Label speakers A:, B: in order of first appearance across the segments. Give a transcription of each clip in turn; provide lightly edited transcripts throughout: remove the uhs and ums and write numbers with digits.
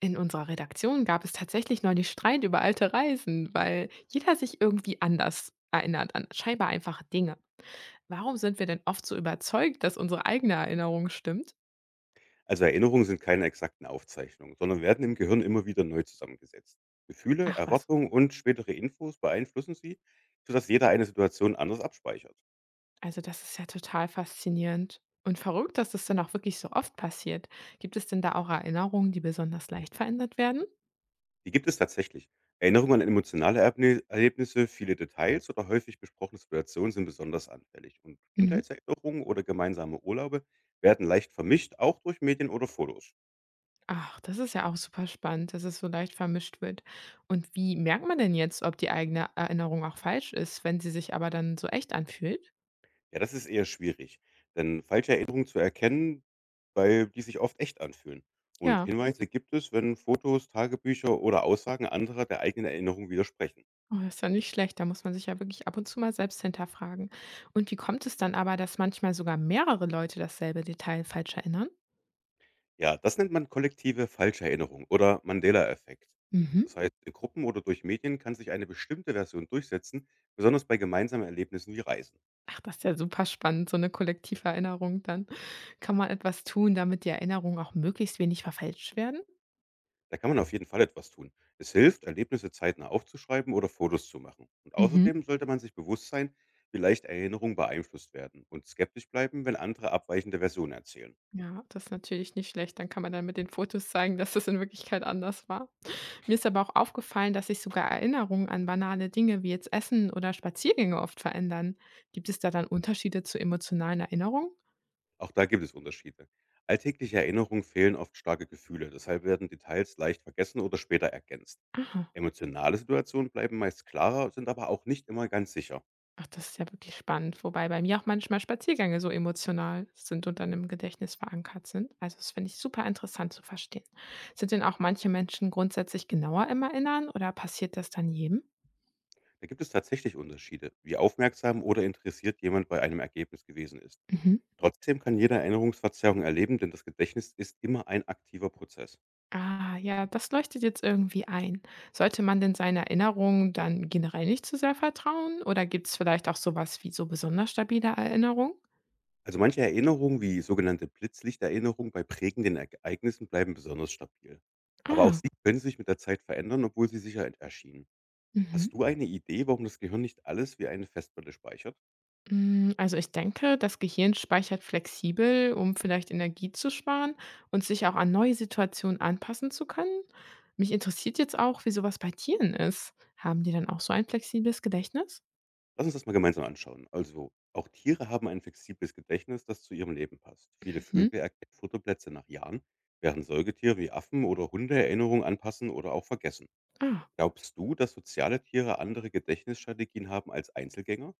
A: In unserer Redaktion gab es tatsächlich neulich Streit über alte Reisen, weil jeder sich irgendwie anders erinnert an scheinbar einfache Dinge. Warum sind wir denn oft so überzeugt, dass unsere eigene Erinnerung stimmt?
B: Also Erinnerungen sind keine exakten Aufzeichnungen, sondern werden im Gehirn immer wieder neu zusammengesetzt. Gefühle,
A: Ach was,
B: Erwartungen und spätere Infos beeinflussen sie, sodass jeder eine Situation anders abspeichert.
A: also das ist ja total faszinierend und verrückt, dass das dann auch wirklich so oft passiert. Gibt es denn da auch Erinnerungen, die besonders leicht verändert werden?
B: Die gibt es tatsächlich. Erinnerungen an emotionale Erlebnisse, viele Details oder häufig besprochene Situationen sind besonders anfällig. Und
A: Mhm.
B: Kindheitserinnerungen oder gemeinsame Urlaube werden leicht vermischt, auch durch Medien oder Fotos.
A: Ach, das ist ja auch super spannend, dass es so leicht vermischt wird. Und wie merkt man denn jetzt, ob die eigene Erinnerung auch falsch ist, wenn sie sich aber dann so echt anfühlt?
B: Ja, das ist eher schwierig, denn falsche Erinnerungen zu erkennen, weil die sich oft echt anfühlen. Und
A: Ja,
B: Hinweise gibt es, wenn Fotos, Tagebücher oder Aussagen anderer der eigenen Erinnerung widersprechen.
A: oh, das ist ja nicht schlecht. Da muss man sich ja wirklich ab und zu mal selbst hinterfragen. Und wie kommt es dann aber, dass manchmal sogar mehrere Leute dasselbe Detail falsch erinnern?
B: Ja, das nennt man kollektive Falscherinnerung oder Mandela-Effekt.
A: Mhm.
B: Das heißt, in Gruppen oder durch Medien kann sich eine bestimmte Version durchsetzen, besonders bei gemeinsamen Erlebnissen wie Reisen.
A: Ach, das ist ja super spannend, so eine kollektive Erinnerung. Dann kann man etwas tun, damit die Erinnerungen auch möglichst wenig verfälscht werden.
B: Da kann man auf jeden Fall etwas tun. Es hilft, Erlebnisse zeitnah aufzuschreiben oder Fotos zu machen. Und
A: Mhm.
B: außerdem sollte man sich bewusst sein, wie leicht Erinnerungen beeinflusst werden und skeptisch bleiben, wenn andere abweichende Versionen erzählen.
A: Ja, das ist natürlich nicht schlecht. Dann kann man dann mit den Fotos zeigen, dass es in Wirklichkeit anders war. Mir ist aber auch aufgefallen, dass sich sogar Erinnerungen an banale Dinge wie jetzt Essen oder Spaziergänge oft verändern. Gibt es da dann Unterschiede zu emotionalen Erinnerungen?
B: Auch da gibt es Unterschiede. Alltägliche Erinnerungen fehlen oft starke Gefühle, deshalb werden Details leicht vergessen oder später ergänzt.
A: Aha.
B: Emotionale Situationen bleiben meist klarer, sind aber auch nicht immer ganz sicher.
A: Ach, das ist ja wirklich spannend, wobei bei mir auch manchmal Spaziergänge so emotional sind und dann im Gedächtnis verankert sind. Also das finde ich super interessant zu verstehen. Sind denn auch manche Menschen grundsätzlich genauer im Erinnern oder passiert das dann jedem?
B: Da gibt es tatsächlich Unterschiede, wie aufmerksam oder interessiert jemand bei einem Ergebnis gewesen ist.
A: Mhm.
B: Trotzdem kann jeder Erinnerungsverzerrung erleben, denn das Gedächtnis ist immer ein aktiver Prozess.
A: Ah, ja, das leuchtet jetzt irgendwie ein. Sollte man denn seinen Erinnerungen dann generell nicht zu sehr vertrauen oder gibt es vielleicht auch sowas wie so besonders stabile Erinnerungen?
B: Also manche Erinnerungen, wie sogenannte Blitzlichterinnerungen bei prägenden Ereignissen, bleiben besonders stabil. Aber auch
A: Ah,
B: sie können sich mit der Zeit verändern, obwohl sie sicher erschienen.
A: mhm.
B: Hast du eine Idee, warum das Gehirn nicht alles wie eine Festplatte speichert?
A: Also, ich denke, das Gehirn speichert flexibel, um vielleicht Energie zu sparen und sich auch an neue Situationen anpassen zu können. Mich interessiert jetzt auch, wie so was bei Tieren ist. Haben die dann auch so ein flexibles Gedächtnis?
B: Lass uns das mal gemeinsam anschauen. Also, auch Tiere haben ein flexibles Gedächtnis, das zu ihrem Leben passt. Viele
A: Mhm.
B: Vögel erkennen Futterplätze nach Jahren, während Säugetiere wie Affen oder Hunde Erinnerungen anpassen oder auch vergessen.
A: Ah,
B: Glaubst du, dass soziale Tiere andere Gedächtnisstrategien haben als Einzelgänger?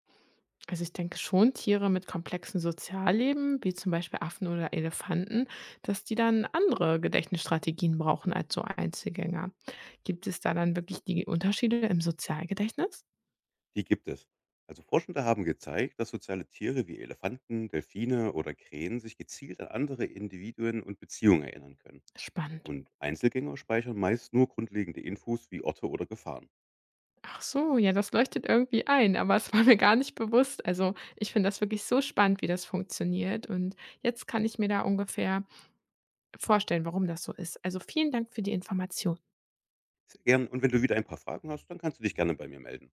A: also ich denke schon, Tiere mit komplexen Sozialleben, wie zum Beispiel Affen oder Elefanten, dass die dann andere Gedächtnisstrategien brauchen als so Einzelgänger. Gibt es da dann wirklich die Unterschiede im Sozialgedächtnis?
B: Die gibt es. Also Forschende haben gezeigt, dass soziale Tiere wie Elefanten, Delfine oder Krähen sich gezielt an andere Individuen und Beziehungen erinnern können.
A: Spannend.
B: Und Einzelgänger speichern meist nur grundlegende Infos wie Orte oder Gefahren.
A: Ach so, ja, das leuchtet irgendwie ein, aber es war mir gar nicht bewusst. Also, ich finde das wirklich so spannend, wie das funktioniert und jetzt kann ich mir da ungefähr vorstellen, warum das so ist. Also, vielen Dank für die Information.
B: Sehr gern. Und wenn du wieder ein paar Fragen hast, dann kannst du dich gerne bei mir melden.